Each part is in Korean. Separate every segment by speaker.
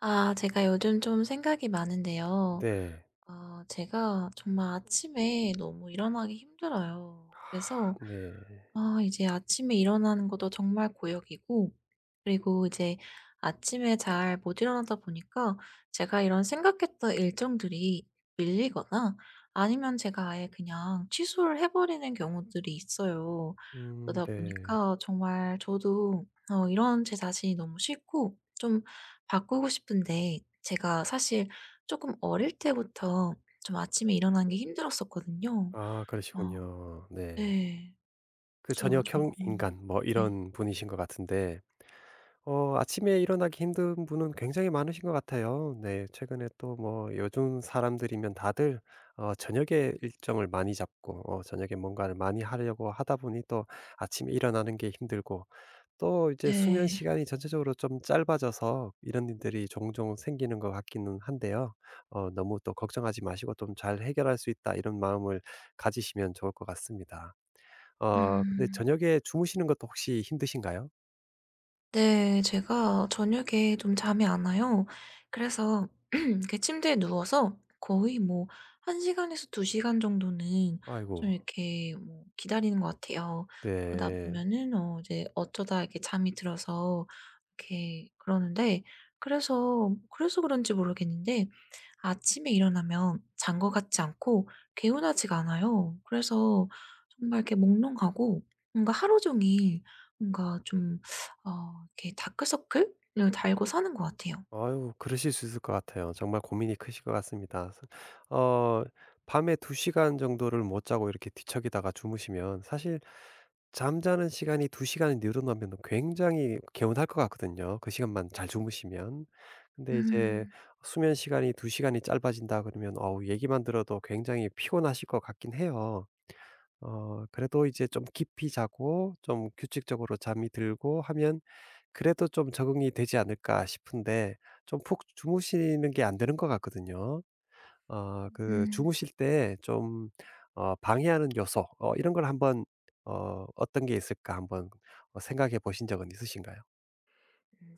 Speaker 1: 아 제가 요즘 좀 생각이 많은데요.
Speaker 2: 네.
Speaker 1: 아 제가 정말 아침에 너무 일어나기 힘들어요. 그래서
Speaker 2: 네.
Speaker 1: 아 이제 아침에 일어나는 것도 정말 고역이고, 그리고 이제 아침에 잘 못 일어나다 보니까 제가 이런 생각했던 일정들이 밀리거나 아니면 제가 아예 그냥 취소를 해 버리는 경우들이 있어요.
Speaker 2: 음,
Speaker 1: 그러다
Speaker 2: 네.
Speaker 1: 보니까 정말 저도 이런 제 자신이 너무 싫고, 좀 바꾸고 싶은데 제가 사실 조금 어릴 때부터 좀 아침에 일어나는 게 힘들었었거든요.
Speaker 2: 아,
Speaker 1: 어
Speaker 2: 그러시군요. 네.
Speaker 1: 네.
Speaker 2: 그
Speaker 1: 저 좀
Speaker 2: 저녁형
Speaker 1: 고민이에요.
Speaker 2: 인간 뭐
Speaker 1: 네.
Speaker 2: 이런 분이신 것 같은데, 아침에 일어나기 힘든 분은 굉장히 많으신 것 같아요. 네. 최근에 또 뭐 요즘 사람들이면 다들 저녁에 일정을 많이 잡고 저녁에 뭔가를 많이 하려고 하다 보니, 또 아침에 일어나는 게 힘들고 또 이제 수면
Speaker 1: 네.
Speaker 2: 시간이 전체적으로 좀 짧아져서 이런 일들이 종종 생기는 것 같기는 한데요. 너무 또 걱정하지 마시고, 좀 '잘 해결할 수 있다.' 이런 마음을 가지시면 좋을 것 같습니다. 근데
Speaker 1: 음.
Speaker 2: 저녁에 주무시는 것도 혹시 힘드신가요?
Speaker 1: 네. 제가 저녁에 좀 잠이 안 와요. 그래서 그 침대에 누워서 거의 뭐 1 시간에서 2 시간 정도는
Speaker 2: 아이고.
Speaker 1: 좀 이렇게 뭐 기다리는 것 같아요. 그러다
Speaker 2: 네.
Speaker 1: 보면은 이제 어쩌다 이렇게 잠이 들어서 이렇게 그러는데, 그래서 그런지 모르겠는데 아침에 일어나면 잔 것 같지 않고 개운하지가 않아요. 그래서 정말 이렇게 몽롱하고 뭔가 하루 종일 뭔가 좀 이렇게 다크서클을 달고 사는 것 같아요.
Speaker 2: 아유, 그러실 수 있을 것 같아요. 정말 고민이 크실 것 같습니다. 어 밤에 2 시간 정도를 못 자고 이렇게 뒤척이다가 주무시면, 사실 잠자는 시간이 2 시간이 늘어나면 굉장히 개운할 것 같거든요, 그 시간만 잘 주무시면. 근데 이제
Speaker 1: 음.
Speaker 2: 수면 시간이 2 시간이 짧아진다 그러면 어우, 얘기만 들어도 굉장히 피곤하실 것 같긴 해요. 그래도 이제 좀 깊이 자고 좀 규칙적으로 잠이 들고 하면, 그래도 좀 적응이 되지 않을까 싶은데, 좀 푹 주무시는 게 안 되는 것 같거든요. 그
Speaker 1: 음.
Speaker 2: 주무실 때 좀 방해하는 요소, 이런 걸 한번, 어떤 게 있을까 한번, 생각해 보신 적은 있으신가요?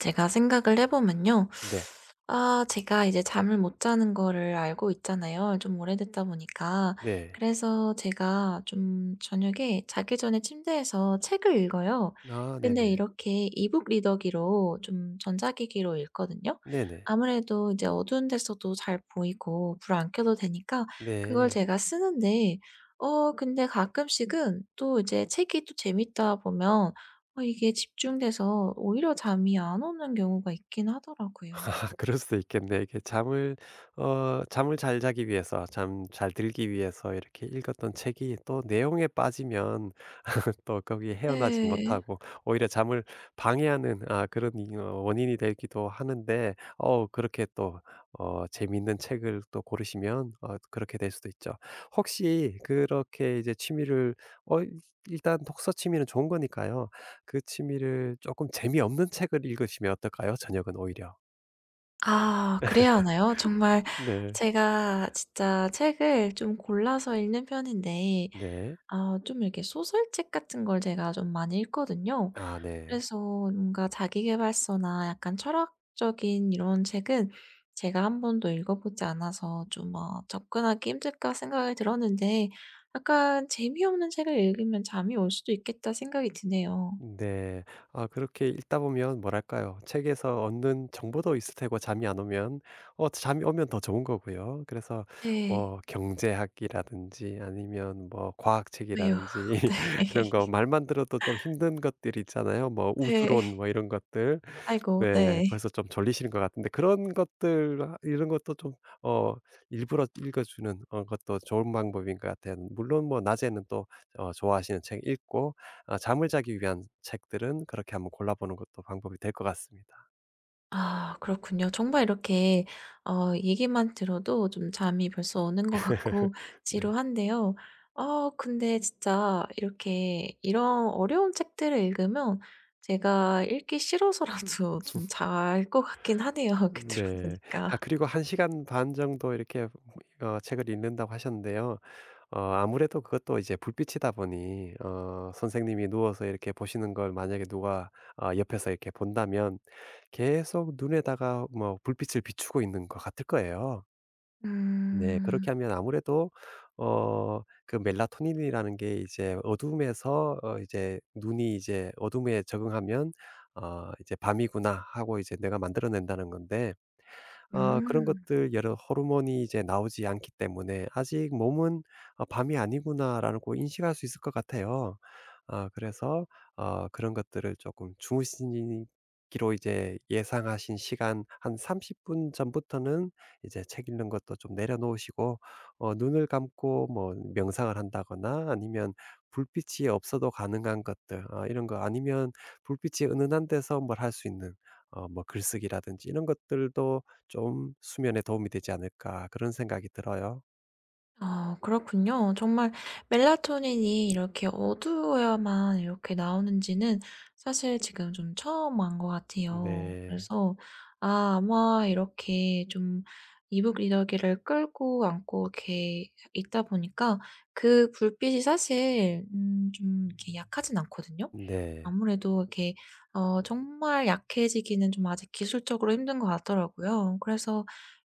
Speaker 1: 제가 생각을 해 보면요.
Speaker 2: 네.
Speaker 1: 아 제가 이제 잠을 못 자는 거를 알고 있잖아요, 좀 오래됐다 보니까.
Speaker 2: 네.
Speaker 1: 그래서 제가 좀 저녁에 자기 전에 침대에서 책을 읽어요.
Speaker 2: 아,
Speaker 1: 근데
Speaker 2: 네네.
Speaker 1: 이렇게 이북 리더기로, 좀 전자기기로 읽거든요.
Speaker 2: 네네.
Speaker 1: 아무래도 이제 어두운 데서도 잘 보이고 불 안 켜도 되니까 그걸
Speaker 2: 네.
Speaker 1: 제가 쓰는데, 근데 가끔씩은 또 이제 책이 또 재밌다 보면 이게 집중돼서 오히려 잠이 안 오는 경우가 있긴 하더라고요.
Speaker 2: 아, 그럴 수도 있겠네요. 이게 잠을, 잘 자기 위해서, 잠 잘 들기 위해서 이렇게 읽었던 책이 또 내용에 빠지면 또 거기 헤어나지
Speaker 1: 네.
Speaker 2: 못하고 오히려 잠을 방해하는, 그런 이 원인이 되기도 하는데, 그렇게 또 재미있는 책을 또 고르시면 그렇게 될 수도 있죠. 혹시 그렇게 이제 취미를, 어 일- 일단 독서 취미는 좋은 거니까요. 그 취미를 조금 재미없는 책을 읽으시면 어떨까요? 저녁은 오히려.
Speaker 1: 아 그래야 하나요? 정말
Speaker 2: 네.
Speaker 1: 제가 진짜 책을 좀 골라서 읽는 편인데,
Speaker 2: 네.
Speaker 1: 아 좀 이렇게 소설책 같은 걸 제가 좀 많이 읽거든요.
Speaker 2: 아, 네.
Speaker 1: 그래서 뭔가 자기계발서나 약간 철학적인 이런 책은 제가 한 번도 읽어 보지 않아서 좀 '접근하기 힘들까.' 생각이 들었는데, 약간 '재미없는 책을 읽으면 잠이 올 수도 있겠다.' 생각이 드네요.
Speaker 2: 네. 아, 그렇게 읽다 보면 뭐랄까요? 책에서 얻는 정보도 있을 테고, 잠이 안 오면, 잠이 오면 더 좋은 거고요. 그래서
Speaker 1: 네.
Speaker 2: 뭐 경제학이라든지, 아니면 뭐
Speaker 1: 왜요?
Speaker 2: 과학책이라든지 이런 거
Speaker 1: 네.
Speaker 2: 말만 들어도 좀 힘든 것들 있잖아요. 뭐
Speaker 1: 네.
Speaker 2: 우주론, 뭐 이런 것들.
Speaker 1: 아이고
Speaker 2: 네.
Speaker 1: 네.
Speaker 2: 벌써 좀 졸리시는 것 같은데, 그런 것들, 이런 것도 좀 어 일부러 읽어 주는 것도 좋은 방법인 것 같아요. 물론 뭐 낮에는 또 좋아하시는 책 읽고, 잠을 자기 위한 책들은 그렇게 한번 골라 보는 것도 방법이 될 것 같습니다.
Speaker 1: 아 그렇군요. 정말 이렇게 얘기만 들어도 좀 잠이 벌써 오는 것 같고
Speaker 2: 네.
Speaker 1: 지루한데요. 근데 진짜 이렇게 이런 어려운 책들을 읽으면 제가 읽기 싫어서라도 좀 잘 것 같긴 하네요. 이렇게 들어
Speaker 2: 네. 아,
Speaker 1: 보니까.
Speaker 2: 그리고 1시간 반 정도 이렇게 책을 읽는다고 하셨는데요. 아무래도 그것도 이제 불빛이다 보니, 선생님이 누워서 이렇게 보시는 걸 만약에 누가 옆에서 이렇게 본다면, 계속 눈에다가 뭐 불빛을 비추고 있는 것 같을 거예요. 네.
Speaker 1: 음.
Speaker 2: 그렇게 하면 아무래도 그 멜라토닌이라는 게 이제 어둠에서, 이제 눈이 이제 어둠에 적응하면 이제 밤이구나.' 하고 이제 내가 만들어낸다는 건데, 그런
Speaker 1: 음.
Speaker 2: 것들 여러 호르몬이 이제 나오지 않기 때문에, 아직 몸은 '아, 밤이 아니구나.'라고 인식할 수 있을 것 같아요. 그래서 그런 것들을 조금, 주무시기로 이제 예상하신 시간 한 30분 전부터는 이제 책 읽는 것도 좀 내려놓으시고, 눈을 감고 뭐 명상을 한다거나, 아니면 불빛이 없어도 가능한 것들, 이런 거 아니면 불빛이 은은한 데서 뭘 할 수 있는, 뭐 글쓰기라든지, 이런 것들도 좀 수면에 도움이 되지 않을까, 그런 생각이 들어요.
Speaker 1: 아 그렇군요. 정말 멜라토닌이 이렇게 어두워야만 이렇게 나오는지는 사실 지금 좀 처음 안 것 같아요.
Speaker 2: 네.
Speaker 1: 그래서 아 아마 이렇게 좀 이북 리더기를 끌고 안고 이렇게 있다 보니까 그 불빛이 사실 좀 이렇게 약하진 않거든요.
Speaker 2: 네.
Speaker 1: 아무래도 이렇게 정말 약해지기는 좀 아직 기술적으로 힘든 것 같더라고요. 그래서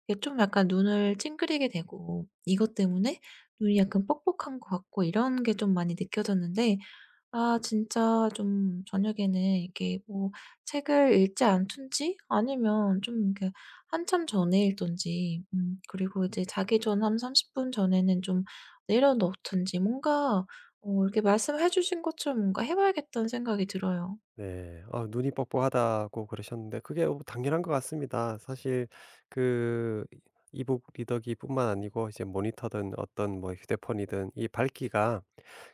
Speaker 1: 이게 좀 약간 눈을 찡그리게 되고 이것 때문에 눈이 약간 뻑뻑한 것 같고 이런 게 좀 많이 느껴졌는데, 아 진짜 좀 저녁에는 이게 뭐 책을 읽지 않든지 아니면 좀 이렇게 한참 전에 읽든지 그리고 이제 자기 전 한 30분 전에는 좀 내려놓든지, 뭔가 이렇게 말씀해 주신 것처럼 뭔가 해 봐야겠다는 생각이 들어요.
Speaker 2: 네. 아, 눈이 뻑뻑하다고 그러셨는데 그게 뭐 당연한 것 같습니다. 사실 그 이북 리더기뿐만 아니고 이제 모니터든 어떤 뭐 휴대폰이든, 이 밝기가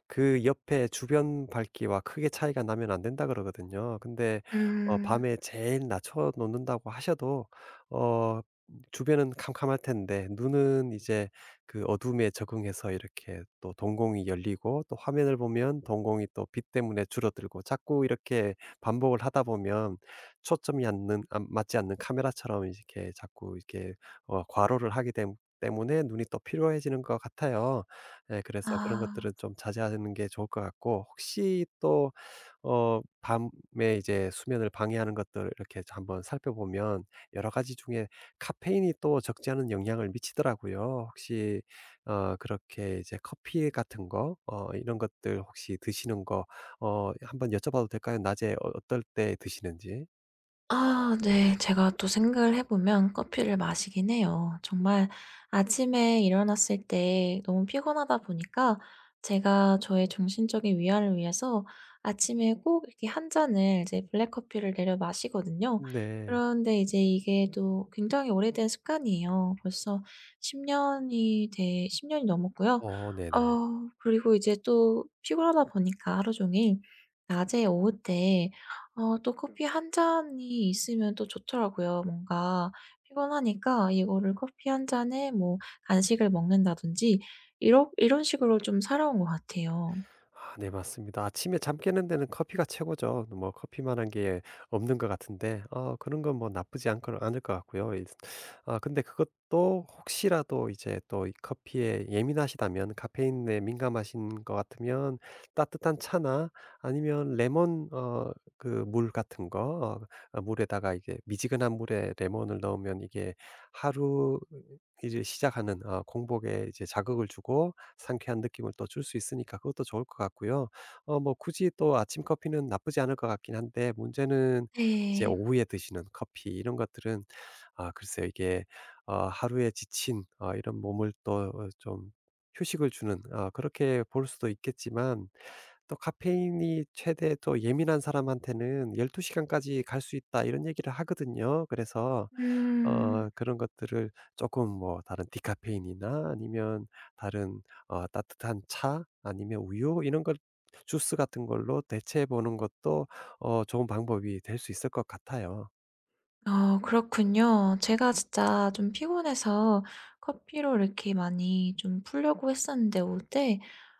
Speaker 2: 그 옆에 주변 밝기와 크게 차이가 나면 안 된다 그러거든요. 근데
Speaker 1: 음.
Speaker 2: 밤에 제일 낮춰 놓는다고 하셔도 어 주변은 캄캄할 텐데, 눈은 이제 그 어둠에 적응해서 이렇게 또 동공이 열리고, 또 화면을 보면 동공이 또 빛 때문에 줄어들고, 자꾸 이렇게 반복을 하다 보면, 초점이 않는 안 맞지 않는 카메라처럼 이렇게 자꾸 이렇게 과로를 하게 됨 때문에 눈이 또 피로해지는 것 같아요. 예, 그래서 그런
Speaker 1: 아.
Speaker 2: 것들은 좀 자제하는 게 좋을 것 같고, 혹시 또 밤에 이제 수면을 방해하는 것들 이렇게 한번 살펴보면, 여러 가지 중에 카페인이 또 적지 않은 영향을 미치더라고요. 혹시 그렇게 이제 커피 같은 거, 이런 것들 혹시 드시는 거 한번 여쭤봐도 될까요? 낮에 어떨 때 드시는지?
Speaker 1: 아 네. 제가 또 생각을 해 보면 커피를 마시긴 해요. 정말 아침에 일어났을 때 너무 피곤하다 보니까 제가 저의 정신적인 위안을 위해서 아침에 꼭 이렇게 한 잔을 이제 블랙 커피를 내려 마시거든요.
Speaker 2: 네.
Speaker 1: 그런데 이제 이게 또 굉장히 오래된 습관이에요. 벌써 10 년이 넘었고요. 어
Speaker 2: 네네.
Speaker 1: 그리고 이제 또 피곤하다 보니까 하루 종일 낮에 오후 때 또 커피 한 잔이 있으면 또 좋더라고요. 뭔가 피곤하니까 이거를 커피 한 잔에 뭐 간식을 먹는다든지 이런 식으로 좀 살아온 것 같아요.
Speaker 2: 아, 네, 맞습니다. 아침에 잠 깨는 데는 커피가 최고죠. 뭐 커피만한 게 없는 것 같은데, 그런 건 뭐 나쁘지 않 않을 것 같고요. 이 아, 근데 그것도 혹시라도 이제 또 이 커피에 예민하시다면, 카페인에 민감하신 것 같으면 따뜻한 차나, 아니면 레몬 그 물 같은 거, 물에다가, 이게 미지근한 물에 레몬을 넣으면, 이게 하루 이제 시작하는 공복에 이제 자극을 주고 상쾌한 느낌을 또 줄 수 있으니까 그것도 좋을 것 같고요. 뭐 굳이 또 아침 커피는 나쁘지 않을 것 같긴 한데, 문제는 이제
Speaker 1: 네.
Speaker 2: 오후에 드시는 커피, 이런 것들은, 아, 글쎄요. 이게 하루에 지친 이런 몸을 또 좀 휴식을 주는, 그렇게 볼 수도 있겠지만, 또 "카페인이 최대 또 예민한 사람한테는 12 시간까지 갈 수 있다." 이런 얘기를 하거든요. 그래서
Speaker 1: 음.
Speaker 2: 그런 것들을 조금, 뭐 다른 디카페인이나, 아니면 다른 따뜻한 차, 아니면 우유, 이런 걸 주스 같은 걸로 대체해 보는 것도 좋은 방법이 될 수 있을 것 같아요.
Speaker 1: 그렇군요. 제가 진짜 좀 피곤해서 커피로 이렇게 많이 좀 풀려고 했었는데 어제,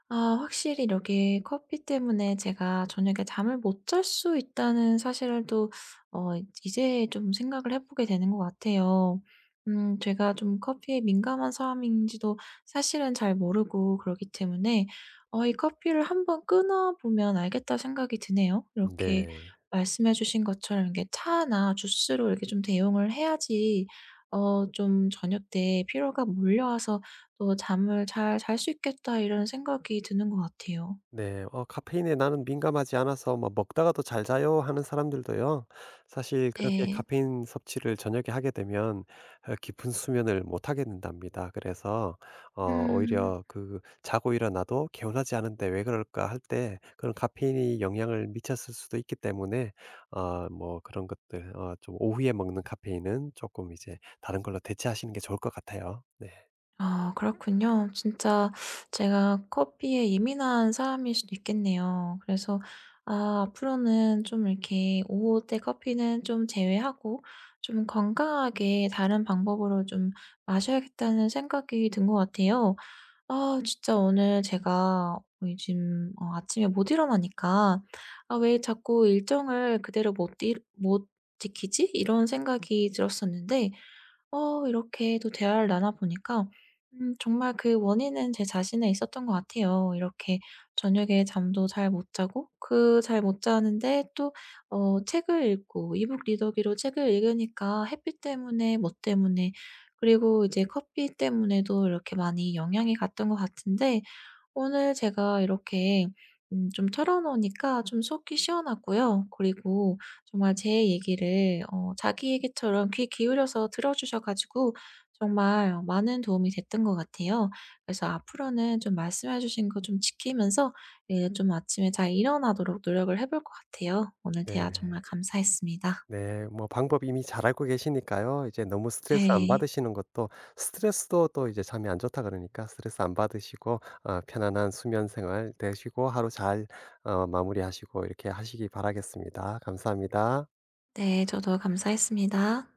Speaker 1: 아 확실히 이렇게 커피 때문에 제가 저녁에 잠을 못 잘 수 있다는 사실을 또 어 이제 좀 생각을 해 보게 되는 것 같아요. 제가 좀 커피에 민감한 사람인지도 사실은 잘 모르고 그러기 때문에 이 커피를 한번 끊어 보면 알겠다 생각이 드네요. 이렇게
Speaker 2: 네.
Speaker 1: 말씀해 주신 것처럼 이게 차나 주스로 이렇게 좀 대용을 해야지 좀 '저녁 때 피로가 몰려와서 또 잠을 잘 잘 수 있겠다.' 이런 생각이 드는 것 같아요.
Speaker 2: 네. 카페인에 나는 민감하지 않아서 뭐 "먹다가 도 잘 자요." 하는 사람들도요. 사실 그렇게
Speaker 1: 네.
Speaker 2: 카페인 섭취를 저녁에 하게 되면 깊은 수면을 못 하게 된답니다. 그래서
Speaker 1: 음.
Speaker 2: 오히려 그 자고 일어나도 '개운하지 않은데 왜 그럴까?' 할 때, 그런 카페인이 영향을 미쳤을 수도 있기 때문에 뭐 그런 것들, 좀 오후에 먹는 카페인은 조금 이제 다른 걸로 대체하시는 게 좋을 것 같아요. 네.
Speaker 1: 아 그렇군요. 진짜 제가 커피에 예민한 사람일 수도 있겠네요. 그래서 아 앞으로는 좀 이렇게 오후 때 커피는 좀 제외하고 좀 건강하게 다른 방법으로 좀 마셔야겠다는 생각이 든 것 같아요. 아 진짜 오늘 제가 뭐 요즘 아침에 못 일어나니까 '아 왜 자꾸 일정을 그대로 못 지키지?' 이런 생각이 들었었는데, 이렇게 또 대화를 나눠 보니까 정말 그 원인은 제 자신에 있었던 것 같아요. 이렇게 저녁에 잠도 잘 못 자고, 그 잘 못 자는데 또 책을 읽고 이북 리더기로 책을 읽으니까 햇빛 때문에 뭐 때문에, 그리고 이제 커피 때문에도 이렇게 많이 영향이 갔던 것 같은데, 오늘 제가 이렇게 좀 털어놓으니까 좀 속이 시원하고요. 그리고 정말 제 얘기를 자기 얘기처럼 귀 기울여서 들어주셔 가지고 정말 많은 도움이 됐던 것 같아요. 그래서 앞으로는 좀 말씀해 주신 거 좀 지키면서, 예 좀 아침에 잘 일어나도록 노력을 해볼 것 같아요. 오늘 대화 정말
Speaker 2: 네.
Speaker 1: 감사했습니다.
Speaker 2: 네. 뭐 방법 이미 잘 알고 계시니까요. 이제 너무 스트레스 안
Speaker 1: 네.
Speaker 2: 받으시는 것도, 스트레스도 또 이제 잠이 안 좋다 그러니까, 스트레스 안 받으시고 편안한 수면 생활 되시고, 하루 잘 마무리하시고 이렇게 하시기 바라겠습니다. 감사합니다.
Speaker 1: 네. 저도 감사했습니다.